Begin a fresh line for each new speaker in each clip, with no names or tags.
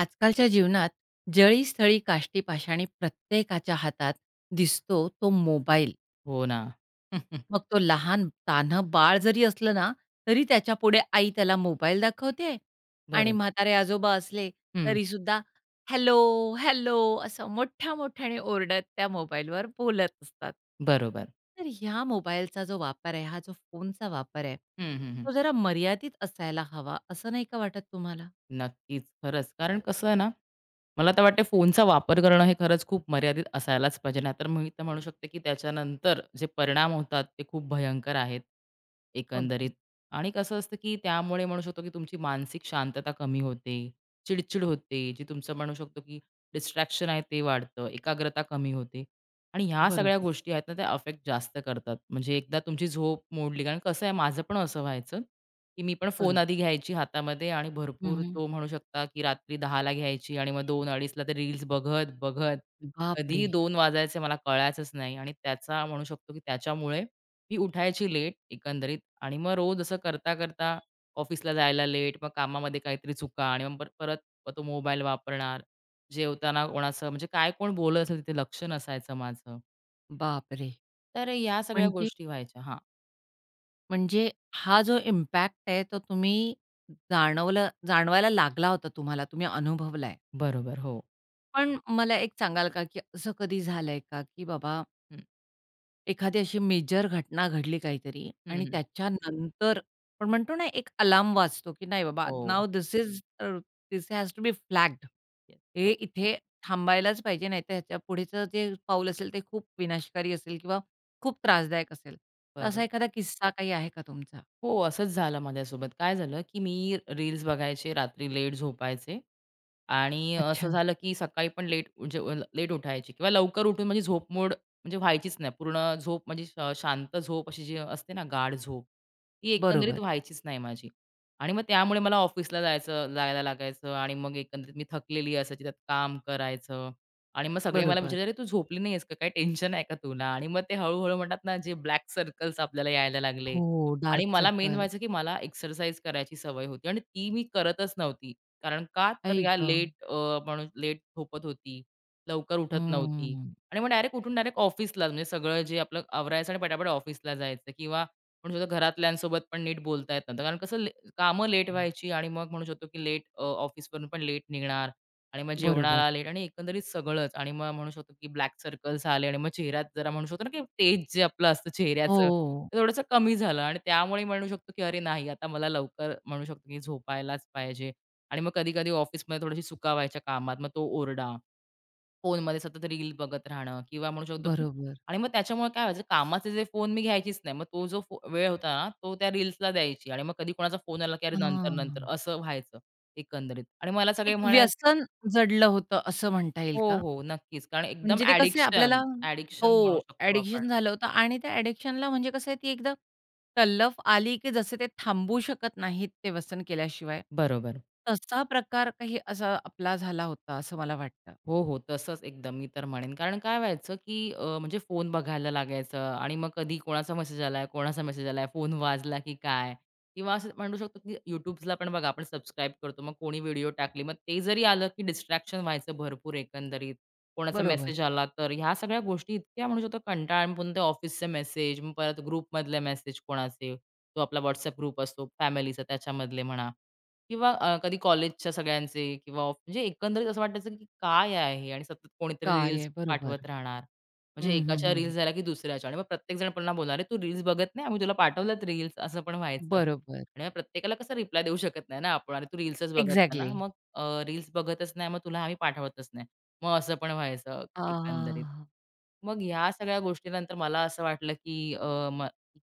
आजकालच्या जीवनात जळी स्थळी काष्टी पाषाणी प्रत्येकाच्या हातात दिसतो तो मोबाईल.
हो ना.
मग तो लहान तान्हं बाळ जरी असलं ना, तरी त्याच्यापुढे आई त्याला मोबाईल दाखवते आणि
बरोबर.
म्हातारे आजोबा असले
हं,
तरीसुद्धा हॅलो, हॅलो असं मोठ्या-मोठ्याने ओरडत त्या मोबाईलवर बोलत असतात.
बरोबर.
तर ह्या मोबाईलचा जो वापर आहे, हा जो फोनचा वापर आहे,
हं, हं, हं.
तो जरा मर्यादित असायला हवा असं नाही का वाटत तुम्हाला?
नक्कीच. खरंच. कारण कसं आहे ना, मला तर वाटते फोनचा वापर करणं हे खरंच खूप मर्यादित असायलाच पाहिजे. नाहीतर मी तर म्हणू शकते, की त्याच्यानंतर जे परिणाम होतात ते खूप भयंकर आहेत, एकंदरीत.
अगदीच.
आणि कसं असतं, की त्यामुळे म्हणू शकतो, की तुमची मानसिक शांतता कमी होते, चिड होते, जी तुमचं म्हणू शकतो, की डिस्ट्रॅक्शन आहे ते वाढतं, एकाग्रता कमी होते. आणि ह्या सगळ्या
बरोबर,
गोष्टी आहेत ना, त्या अफेक्ट जास्त करतात. म्हणजे एकदा तुमची झोप मोडली कारण कसं आहे माझं पण असं व्हायचं. की मी पण फोन
बरोबर.
आधी घ्यायची हातामध्ये आणि भरपूर तो म्हणू शकता, की रात्री 10:00ला घ्यायची आणि मग दोन 230ला ते रील्स बघत
बापरे!
कधी 2 वाजायचे मला कळायचंच नाही आणि त्याचा म्हणू शकतो, की त्याच्यामुळे मी उठायची लेट एकंदरीत आणि मग रोज असं करता-करता ऑफिसला जायला लेट, मग कामामध्ये काहीतरी चुका आणि मग परत तो मोबाईल वापरणार, जेवताना कोणाचं म्हणजे काय कोण बोलत असेल तिथे लक्ष नसायचं माझं.
बापरे!
तर ह्या सगळ्या
म्हणजे
गोष्टी व्हायच्या. हां,
म्हणजे हा जो इम्पॅक्ट आहे तो तुम्ही जाणवायला लागला होता तुम्हाला, तुम्ही अनुभवलाय.
बरोबर. हो.
पण मला एक सांगाल का, की असं कधी झालंय का, की बाबा
हं.
एखादी अशी मेजर घटना घडली काहीतरी
हं,
आणि
हं.
त्याच्यानंतर पण म्हणतो ना एक अलार्म वाजतो, की नाही बाबा
हो.
Now this is this has to be flagged.
Yes.
हे
हो.
इथे थांबायलाच पाहिजे, नाहीतर ह्याच्या पुढचं जे पाऊल असेल ते खूप विनाशकारी असेल किंवा खूप त्रासदायक असेल. तर असा
बरोबर.
एखादा किस्सा काही आहे का तुमचा?
हो, असंच झालं माझ्यासोबत. काय झालं, की मी रील्स बघायचे, रात्री लेट झोपायचे. आणि
अच्छा.
असं झालं, की सकाळी पण लेट म्हणजे लेट उठायची किंवा लवकर उठून माझी झोपमोड म्हणजे व्हायचीच नाही. पूर्ण झोप म्हणजे शांत झोप अशी जी असते ना गाढ झोप, ती एकंदरीत
बरोबर,
व्हायचीच नाही माझी. आणि मग त्यामुळे मला ऑफिसला जायचं जायला लागायचं आणि मग एकंदरीत मी थकलेली असायची, त्यात काम करायचं आणि मग सगळे मला
बरोबर.
विचारायचे, "अरे तू झोपली नाहीयेस का? काही टेन्शन आहे का तुला?" आणि मग ते हळू म्हणतात ना, जे ब्लॅक सर्कल्स आपल्याला यायला लागले
हो,
आणि
डार्क
मला मेन
सर्कल.
व्हायचं, की मला एक्सरसाइज करायची सवय होती आणि ती मी करतच नव्हती. कारण का? तर
आई
या
गं!
लेट लेट झोपत होती, लवकर उठत नव्हती
हम्म.
आणि मग डायरेक्ट उठून डायरेक्ट ऑफिसला म्हणजे सगळं जे आपलं आवरायचं आणि पटापट ऑफिसला जायचं किंवा म्हणू शकतो घरातल्यांसोबत पण नीट बोलता येत नव्हतं. कारण कसं कामं लेट व्हायची आणि मग म्हणू शकतो की लेट ऑफिसवरून पण लेट निघणार आणि मग
बरोबर.
जेवणाला लेट आणि एकंदरीत सगळंच आणि मग म्हणू शकतो की ब्लॅक सर्कल्स आले आणि मग चेहऱ्यात जरा म्हणू शकतो ना की तेज जे आपलं असतं चेहऱ्याचं,
हो,
ते थोडंसं कमी झालं आणि त्यामुळे म्हणू शकतो की अरे नाही, आता मला लवकर म्हणू शकतो की झोपायलाच पाहिजे. आणि मग कधी-कधी ऑफिसमध्ये थोडीशी चुका व्हायच्या कामात, मग तो ओरडा. फोनमध्ये सतत रील बघत राहणं किंवा म्हणू शकतो की
बरोबर.
आणि मग त्याच्यामुळे काय व्हायचं कामाचे जे फोन मी घ्यायचीच नाही. मग तो जो वेळ होता ना, तो त्या रील्सला द्यायची आणि मग कधी कोणाचा फोन आला की "अरे नंतर-नंतर"
हां.
असं व्हायचं एकंदरीत. आणि मला सगळे
एक
म्हणायचे
व्यसन जडलं होतं असं म्हणता येईल
हो,
का?
हो, नक्कीच. कारण एकदम
म्हणजे ते कसं आहे आपल्याला
ॲडिक्शन, ॲडिक्शन म्हणू
हो,
शकतो आपण.
ॲडिक्शन झालं होतं आणि त्या ॲडिक्शनला म्हणजे कसं आहे ती एकदा तलफ आली, की जसे ते थांबू शकत नाहीत ते व्यसन केल्याशिवाय.
बरोबर.
तसा प्रकार काही असा आपला झाला होता असं मला वाटतं.
हो, हो. तसंच एकदम मी तर म्हणेन. कारण काय व्हायचं, की म्हणजे फोन बघायला लागायचं आणि मग कधी कोणाचा मेसेज आलाय, कोणाचा मेसेज आलाय, फोन वाजला की काय? किंवा असं म्हणू शकतो, की YouTubeला पण बघा आपण सबस्क्राईब करतो. मग कोणी व्हिडिओ टाकली, मग ते जरी आलं, की डिस्ट्रॅक्शन व्हायचं भरपूर एकंदरीत. कोणाचा
बरोबर.
मेसेज आला तर ह्या सगळ्या गोष्टी इतक्या म्हणू शकतो कंटाळा आणि पुन्हा ते ऑफिसचे मेसेज, मग परत ग्रुपमधले मेसेज कोणाचे, तो आपला WhatsApp ग्रुप असतो फॅमिलीचा त्याच्यामधले म्हणा. किंवा कधी कॉलेजच्या सगळ्यांचे किंवा ऑफ म्हणजे एकंदरीत असं वाटायचं, की काय आहे हे आणि सतत कोणीतरी
काय
रील्स
आहे? बरोबर.
पाठवत राहणार.
हं,
म्हणजे
हं,
एकाच्या
हं,
रील्स
हं.
झाल्या की दुसऱ्याच्या आणि मग प्रत्येकजण पुन्हा बोलणार, "अरे, तू रील्स बघत नाही? आम्ही तुला पाठवल्यात रील्स." असं पण व्हायचं.
बरोबर.
आणि मग प्रत्येकाला कसं रिप्लाय देऊ शकत नाही ना आपण, "अरे, तू रील्सच बघत नाही ना?
एक्झॅक्टली.
मग रील्स बघतच नाही, मग तुला आम्ही पाठवतच नाही." मग असं पण व्हायचं एकंदरीत. मग ह्या सगळ्या गोष्टीनंतर मला असं वाटलं, की अ, म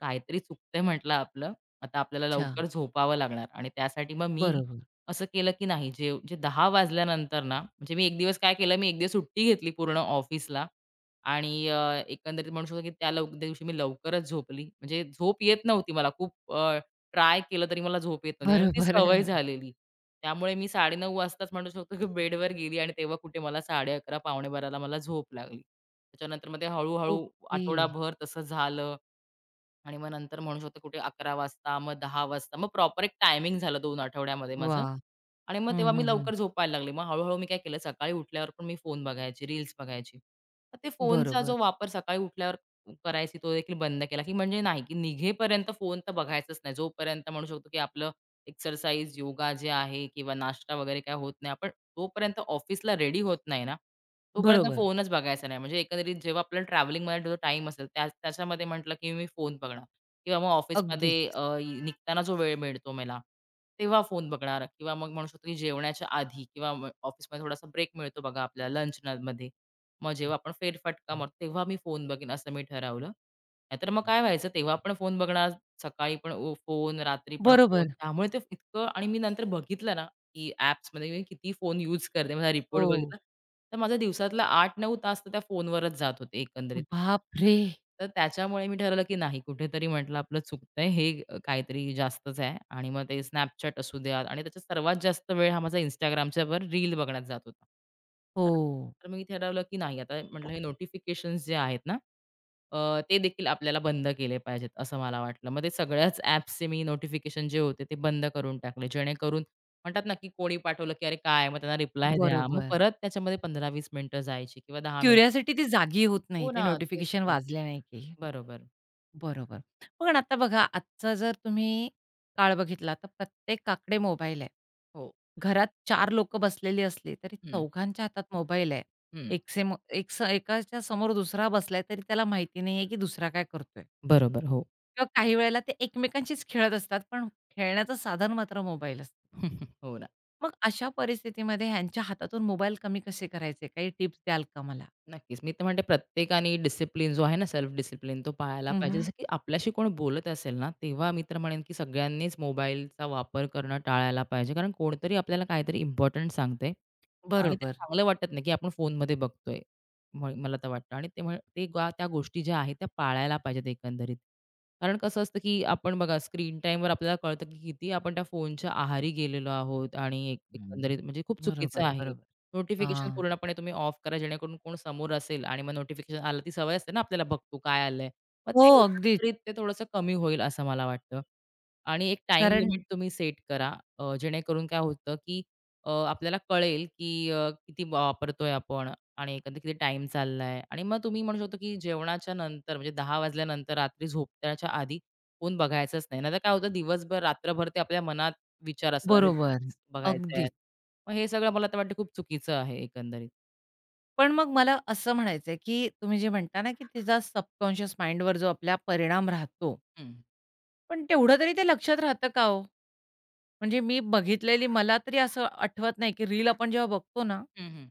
काहीतरी चुकतंय म्हटलं आपलं. आता आपल्याला
अच्छा.
लवकर झोपावं लागणार आणि त्यासाठी मग मी
बरोबर.
असं केलं की नाही जे जे 10 वाजल्यानंतर ना, म्हणजे मी एक दिवस काय केलं, मी एक दिवस सुट्टी घेतली पूर्ण ऑफिसला आणि एकंदरीत म्हणू शकतो की त्या दिवशी मी लवकरच झोपली. म्हणजे झोप येत नव्हती मला खूप ट्राय केलं तरी मला झोप येत नव्हती कारण ती
बरोबर.
सवय झालेली. त्यामुळे मी 9:30 वाजताच म्हणू शकतो की बेडवर गेली आणि तेव्हा कुठे मला 11:30, 11:45 मला झोप लागली. त्याच्यानंतर मग ते हळू
ओके.
आठवडाभर तसं झालं. आणि मग नंतर म्हणू शकतो कुठे 11 वाजता, मग 10 वाजता, मग प्रॉपर एक टायमिंग झालं 2 आठवड्यामध्ये माझं.
वाह!
आणि मग
हं,
तेव्हा मी
हं, हं.
लवकर झोपायला लागले. मग हळू-हळू मी काय केलं, सकाळी उठल्यावर पण मी फोन बघायची, रील्स बघायची. तर ते फोनचा जो
बरोबर.
वापर सकाळी उठल्यावर करायची तो देखील बंद केला, की म्हणजे नाही, की निघेपर्यंत फोन तर बघायचाच नाही. जोपर्यंत म्हणू शकतो, की आपलं एक्सरसाइज, योगा जे आहे किंवा नाश्ता वगैरे काय होत नाही, आपण तोपर्यंत ऑफिसला रेडी होत नाही ना, तोपर्यंत
बरोबर.
फोनच बघायचा नाही. म्हणजे एकंदरीत जेव्हा आपल्याला ट्रॅव्हलिंगमध्ये जो टाईम असेल त्या त्याच्यामध्ये म्हटलं, की मी फोन बघणार किंवा मग ऑफिसमध्ये
अगदीच.
निघताना जो वेळ मिळतो मला, तेव्हा फोन बघणार किंवा मग म्हणू शकतो, की जेवणाच्या आधी किंवा ऑफिसमध्ये थोडासा ब्रेक मिळतो बघा आपल्याला लंचमध्ये. मग जेव्हा आपण फेरफटका
हं,
मारतो तेव्हा मी फोन बघेन असं मी ठरवलं. नाहीतर मग
हं.
काय व्हायचं तेव्हा पण फोन बघणार, सकाळी पण फोन, रात्री पण फोन.
बरोबर.
त्यामुळे ते इतकं आणि मी नंतर बघितलं ना, की ॲप्समध्ये मी किती फोन यूज करते. माझा
हो.
रिपोर्ट बघितला, तर माझा दिवसातला 8-9 तास तर त्या फोनवरच जात होते एकंदरीत.
बापरे!
तर त्याच्यामुळे मी ठरवलं, की नाही कुठेतरी म्हटलं आपलं चुकतंय हे काहीतरी जास्तच आहे आणि मग ते Snapchat असू द्या आणि त्याच्यात सर्वात जास्त वेळ हा माझा Instagramच्यावर रील बघण्यात जात होता. तर
हो.
तर मी ठरवलं, की नाही आता म्हटलं हे नोटिफिकेशन्स जे आहेत ना, ते देखील आपल्याला बंद केले पाहिजेत असं मला वाटलं. मग ते सगळ्याच ॲप्सचे मी नोटिफिकेशन जे होते ते बंद करून टाकले. जेणेकरून म्हणतात ना, की कोणी पाठवलं, की "अरे काय?" मग त्यांना रिप्लाय द्या. मग
बरोबर.
परत त्याच्यामध्ये 15-20 मिनिटं जायची किंवा 10 मिनिटं.
क्युरिओसिटी ती जागी होत नाही.
हो
ते
ना, तेच
नोटिफिकेशन
तर.
वाजले नाही की.
बरोबर.
बरोबर. पण आता बघा आजचा जर तुम्ही काळ बघितला तर प्रत्येकाकडे मोबाईल आहे.
हो.
घरात चार लोकं बसलेली असली तरी
हं,
चौघांच्या हातात मोबाईल आहे.
हं.
एक सेम एक स एकाच्या समोर दुसरा बसलाय तरी त्याला माहिती नाहीये की दुसरा काय करतोय?
बरोबर. हो.
किंवा काही वेळेला ते एकमेकांशीच खेळत असतात पण खेळण्याचं साधन मात्र मोबाईल असतो.
हो ना.
मग अशा परिस्थितीमध्ये ह्यांच्या हातातून मोबाईल कमी कसे करायचे? काही टिप्स द्याल का मला?
नक्कीच. मी तर म्हणते प्रत्येकाने डिसिप्लिन जो आहे ना, सेल्फ डिसिप्लिन तो पाळायला पाहिजे.
हं,
जसं की आपल्याशी कोण बोलत असेल ना, तेव्हा मी तर म्हणेन, की सगळ्यांनीच मोबाईलचा वापर करणं टाळायला पाहिजे. कारण कोणतरी आपल्याला काहीतरी इम्पोर्टंट सांगतंय आणि ते
बरोबर.
चांगलं वाटत नाही, की आपण फोनमध्ये बघतोय. मला तर वाटतं आणि ते म्ह- ते गा- त्या गोष्टी ज्या आहेत त्या पाळायला पाहिजेत एकंदरीत. कारण कसं असतं, की आपण बघा स्क्रीन टाईमवर आपल्याला कळतं, की किती आपण त्या फोनच्या आहारी गेलेलो आहोत आणि एक
हं.
एकंदरीत म्हणजे खूप चुकीचं
बरोबर,
आहे.
बरोबर.
नोटिफिकेशन
हां.
पूर्णपणे तुम्ही ऑफ करा जेणेकरून कोण समोर असेल आणि मग नोटिफिकेशन आलं ती सवय असते ना आपल्याला बघतो काय आलंय. मग
हो,
ते
अगदीच.
एकंदरीत ते थोडंसं कमी होईल असं मला वाटतं. आणि एक टाईम
कारण
लिमिट तुम्ही सेट करा. जेणेकरून काय होतं, की आपल्याला कळेल की किती वापरतोय आपण आणि एकंदर किती टाईम चाललाय आणि मग तुम्ही म्हणू शकतो की जेवणाच्या नंतर म्हणजे दहा वाजल्यानंतर रात्री झोपण्याच्या आधी फोन बघायचाच नाही. नाहीतर काय होतं दिवसभर रात्रभर ते आपल्या मनात विचार असतात. अरे,
बरोबर.
तेच बघायचं आहे.
अगदीच.
मग हे सगळं मला तर वाटतं खूप चुकीचं आहे एकंदरीत.
पण मग मला असं म्हणायचंय, की तुम्ही जे म्हणता ना, की तिचा सबकॉन्शियस माइंडवर जो आपला परिणाम राहतो,
हं.
पण तेवढं तरी ते लक्षात राहतं का हो? म्हणजे मी बघितलेली मला तरी असं आठवत नाही, की रील आपण जेव्हा बघतो ना,
हं, हं.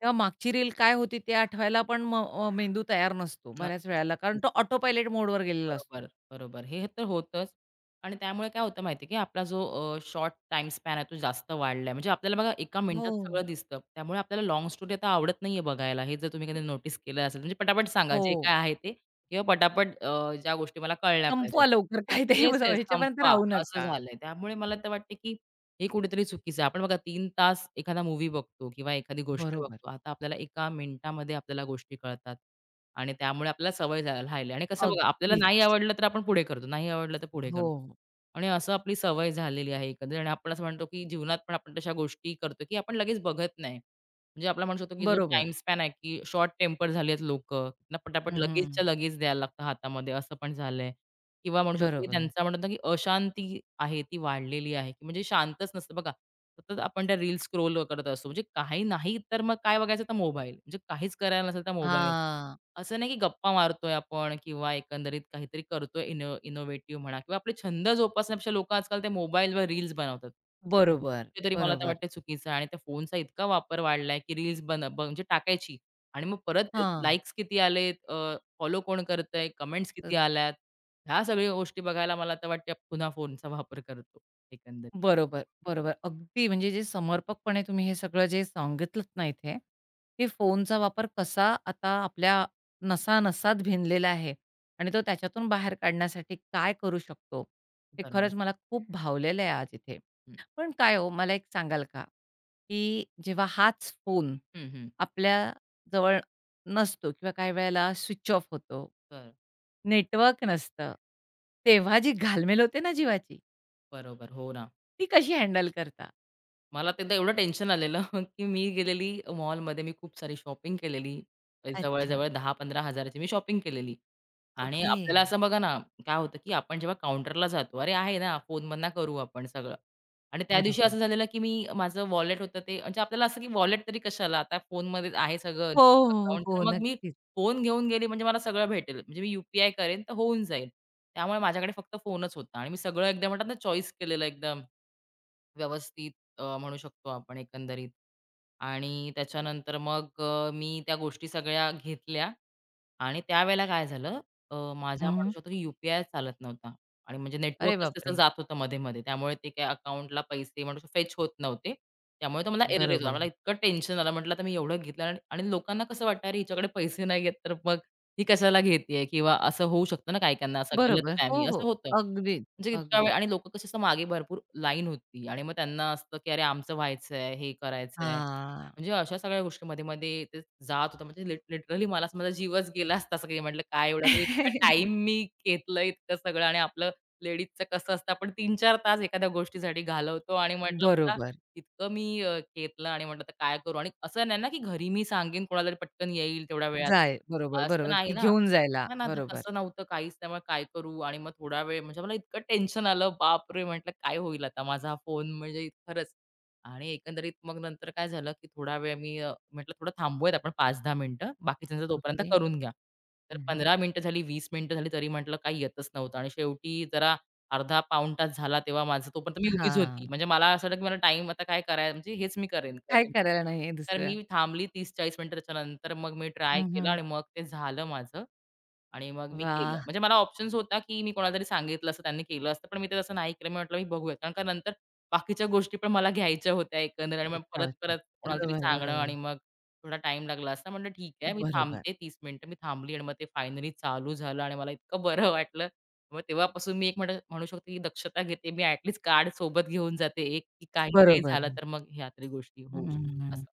तेव्हा मागची रील काय होती ते आठवायला पण मेंदू तयार नसतो बऱ्याच
नक्कीच,
वेळेला. कारण
नक्कीच.
तो ऑटो पायलट मोडवर गेलेला असतो.
बरोबर, बरोबर. हे तर होतंच आणि त्यामुळे काय होतं माहिती आहे की आपला जो शॉर्ट टाइम स्पॅन आहे तो जास्त वाढलाय. म्हणजे आपल्याला बघा एका मिनिटात
हो.
सगळं दिसतं. त्यामुळे आपल्याला लाँग स्टोरी आता आवडत नाहीये बघायला. हे जर तुम्ही कधी नोटीस केलं असेल. म्हणजे पटापट सांगा जे
हो.
काय आहे ते किंवा पटापट ज्या गोष्टी मला कळल्या पाहिजेत.
संपवा लवकर काय ते
येस, येस.
ह्याच्यापर्यंत
संपवा
राहू
असं
नका.
झालंय. त्यामुळे मला तर वाटते की हे कुठेतरी चुकीचं आहे. आपण बघा 3 तास एखादा मूव्ही बघतो किंवा एखादी गोष्ट
बरोबर.
बघतो. आता आपल्याला एका मिनिटामध्ये आपल्याला गोष्टी कळतात आणि त्यामुळे आपल्याला सवय राहिली आणि कसं बघा आपल्याला नाही
अगदीच.
आवडलं तर आपण पुढे करतो, नाही आवडलं तर पुढे
हो.
करतो आणि असं आपली सवय झालेली आहे एकंदरीत आणि आपण असं म्हणतो, की जीवनात पण आपण तशा गोष्टी करतो, की आपण लगेच बघत नाही. म्हणजे आपला म्हणू शकतो, की जो
बरोबर.
टाईम स्पॅन आहे, की शॉर्ट टेम्पर झाली आहेत लोकं. पटापट
हं,
लगेचच्या लगेच द्यायला लागतं हातामध्ये असं पण झालंय. किंवा म्हणू शकतो की
बरोबर.
त्यांचा म्हणतो की अशांती आहे ती वाढलेली आहे, की म्हणजे शांतच नसतं बघा. सतत आपण त्या रील्स स्क्रोल करत असतो. म्हणजे काही नाही तर मग काय बघायचं तर मोबाईल. म्हणजे काहीच करायला नसेल तर मोबाईल.
हां.
असं नाही की गप्पा मारतोय आपण किंवा एकंदरीत काहीतरी करतोय इनोव्हेटिव्ह म्हणा किंवा आपले छंद जोपासण्यापेक्षा लोकं आजकाल ते मोबाईलवर रील्स बनवतात.
बरोबर,
कुठेतरी मला तर
बरोबर.
वाटतं चुकीचं आहे आणि त्या फोनचा इतका वापर वाढलाय की रील्स बन ब म्हणजे टाकायची आणि मग परत
हां.
लाइक्स किती आलेत, फॉलो कोण करतंय, कमेंट्स किती आल्यात. ह्या सगळ्या गोष्टी बघायला मला तर वाटते पुन्हा फोनचा वापर करतो एकंदरीत.
बरोबर, बरोबर. अगदी म्हणजे जे समर्पकपणे तुम्ही हे सगळं जे सांगितलत ना इथे, हे फोनचा वापर कसा आता आपल्या नसा-नसात भिनलेला आहे आणि तो त्याच्यातून बाहेर काढण्यासाठी काय करू शकतो, हे
बरोबर.
खरंच मला खूप भावलेलं आहे आज इथे.
हं,
पण काय हो, मला एक सांगाल का, की जेव्हा हाच फोन
हं, हं.
आपल्या जवळ नसतो किंवा काही वेळेला स्विच ऑफ होतो,
तर
नेटवर्क नसतं, तेव्हा जी घालमेल होते ना जीवाची,
बरोबर. हो ना.
ती कशी हँडल करता?
मला एकदा एवढं टेन्शन आलेलं की मी गेलेली मॉलमध्ये मी खूप सारी शॉपिंग केलेली.
अच्छा.
जवळ-जवळ 10,000-15,000 ची मी शॉपिंग केलेली. आणि
ओके.
आपल्याला असं बघा ना, काय होतं, की आपण जेव्हा काउंटरला जातो, "अरे, आहे ना, फोनमधनं करू आपण सगळं." आणि त्या दिवशी
बरोबर.
असं झालेलं, की मी माझं वॉलेट होतं ते म्हणजे आपल्याला असं, की वॉलेट तरी कशाला, आता फोनमध्ये आहे सगळं
हो, हो, हो.
अकाउंट.
हो,
मग मी
नक्कीच.
फोन घेऊन गेली म्हणजे मला सगळं भेटेल. म्हणजे मी यू करेन तर होऊन जाईल. त्यामुळे माझ्याकडे फक्त फोनच होता आणि मी सगळं एकदम म्हणतात ना, चॉईस केलेलं एकदम. व्यवस्थित म्हणू शकतो आपण एकंदरीत. आणि त्याच्यानंतर मग मी त्या गोष्टी सगळ्या घेतल्या आणि त्यावेळेला काय झालं माझा म्हणू
हं.
शकतो की यू-पी-आय चालत नव्हता आणि म्हणजे
अरे
नेटवर्कच तसं
बापरे!
जात होतं मध्ये-मध्ये. त्यामुळे ते काही अकाउंटला पैसे म्हणू शकतो फेच होत नव्हते. त्यामुळे तो मला एरर येत होता.
बरोबर.
मला इतकं टेन्शन आलं. म्हटलं आता मी एवढं घेतलं आणि आणि लोकांना कसं वाटणार अरे हिच्याकडे पैसे नाही आहेत तर मग ही कशाला घेतीये किंवा असं होऊ शकतं ना काही-काहींना असं
बरोबर. हो,
गलतफहमी
हो.
असं होतं.
अगदीच,
म्हणजे इतका वेळ
अगदीच.
आणि लोकं कशी असं मागे भरपूर लाईन होती आणि मग त्यांना असतं, की "अरे, आमचं व्हायचंय, हे करायचंय."
हां.
म्हणजे अशा सगळ्या गोष्टी मध्ये-मध्ये ते जात होतं. म्हणजे लिटरली मला असं माझा जीवच गेला असता असं काही म्हटलं, "काय एवढा मी इतका टाईम मी घेतलं इतकं सगळं आणि आपलं लेडीजचं कसं असतं आपण 3-4 तास एखाद्या गोष्टीसाठी घालवतो." आणि म्हटलं मला
बरोबर.
इतकं घेतलं आणि म्हटलं आता काय करू? आणि असं नाही ना, की घरी मी सांगेन कोणाला तरी पटकन येईल तेवढ्या वेळात.
जाय बरोबर,
असं
बरोबर,
नाही
की
ना.
घेऊन जायला.
हां ना, तर
बरोबर.
तसं नव्हतं काहीच. त्यामुळे काय करू? आणि मग थोडा वेळ म्हणजे मला इतकं टेन्शन आलं, बापरे! म्हटलं काय होईल आता? माझा हा फोन म्हणजे खरंच. आणि एकंदरीत मग नंतर काय झालं, की थोडा वेळ म्हटलं थोडं थांबूयात आपण 5-10 मिनिटं. बाकीच्यांचं तोपर्यंत
ओके.
करून घ्या. तर
हं, हं.
15 मिनिटं झाली, 20 मिनिटं झाली, तरी म्हटलं काही येतच नव्हतं. आणि शेवटी जरा अर्धा पाऊण तास झाला तेव्हा माझं तोपर्यंत मी उभीच होती.
हां.
म्हणजे मला असं वाटलं, की मला टाईम आता काय कराय म्हणजे हेच मी करेन,
काय
करेन.
करायला नाहीये
तर
दुसरं.
मी थांबली 30-40 मिनिटं. त्याच्यानंतर मग मी ट्राय
हं,
केलं
हं.
आणि मग ते झालं माझं. आणि मग मी केलं.
वाह!
म्हणजे मला ऑप्शन्स होता, की मी कोणाला तरी सांगितलं असतं, त्यांनी केलं असतं. पण मी ते तसं नाही केलं. मी म्हटलं, "मी बघूयात." कारण का नंतर बाकीच्या गोष्टी पण मला घ्यायच्या होत्या एकंदरीत आणि मग
इतका होता.
परत-परत कोणाला तरी
बरोबर,
सांगणं आणि
बरोबर.
मग थोडा टाईम लागला असता. म्हटलं, "ठीक आहे, मी
बरोबर.
थांबते 30 मिनिटं." मी थांबली आणि मग ते फायनली चालू झालं आणि मला इतकं बरं वाटलं. मग तेव्हापासून मी एक म्हणू म्हणू शकते, की दक्षता घेते. मी ॲट कार्ड सोबत घेऊन जाते एक, की काही नाही
बरोबर.
झालं तर मग ह्या तरी गोष्टी होऊ
हं,
शकतात
हं.
असं.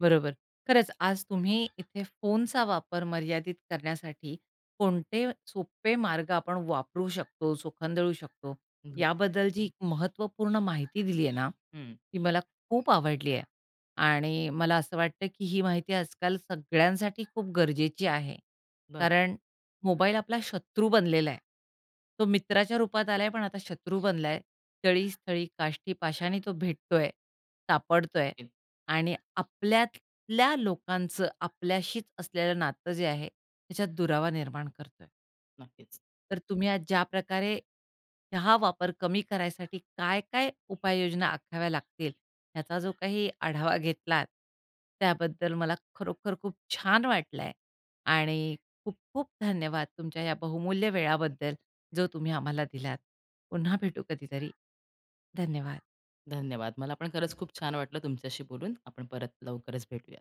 बरोबर. खरंच आज तुम्ही इथे फोनचा वापर मर्यादित करण्यासाठी कोणते सोपे मार्ग आपण वापरू शकतो, चोखंदळू शकतो,
हं,
याबद्दल जी महत्त्वपूर्ण माहिती दिली आहे ना,
हं.
ती मला खूप आवडली आहे. आणि मला असं वाटतं, की ही माहिती आजकाल सगळ्यांसाठी खूप गरजेची आहे.
बरं.
कारण मोबाईल आपला शत्रू बनलेला आहे. तो मित्राच्या रूपात आलाय, पण आता शत्रू बनलाय. तळी स्थळी, काष्ठी पाशाणी तो भेटतोय, सापडतोय.
नक्कीच,
आणि आपल्यातल्या लोकांचं आपल्याशीच असलेलं नातं जे आहे, त्याच्यात दुरावा निर्माण करतोय.
नक्कीच.
तर तुम्ही आज ज्या प्रकारे हा वापर कमी करायसाठी काय-काय उपाययोजना आखाव्या लागतील, ह्याचा जो काही आढावा घेतलात, त्याबद्दल मला खरोखर खूप छान वाटलंय आणि खूप-खूप धन्यवाद तुमच्या या बहुमूल्य वेळाबद्दल, जो तुम्ही आम्हाला दिलात. पुन्हा भेटू कधीतरी. धन्यवाद.
धन्यवाद. मला पण खरंच खूप छान वाटलं तुमच्याशी बोलून. आपण परत लवकरच भेटूया.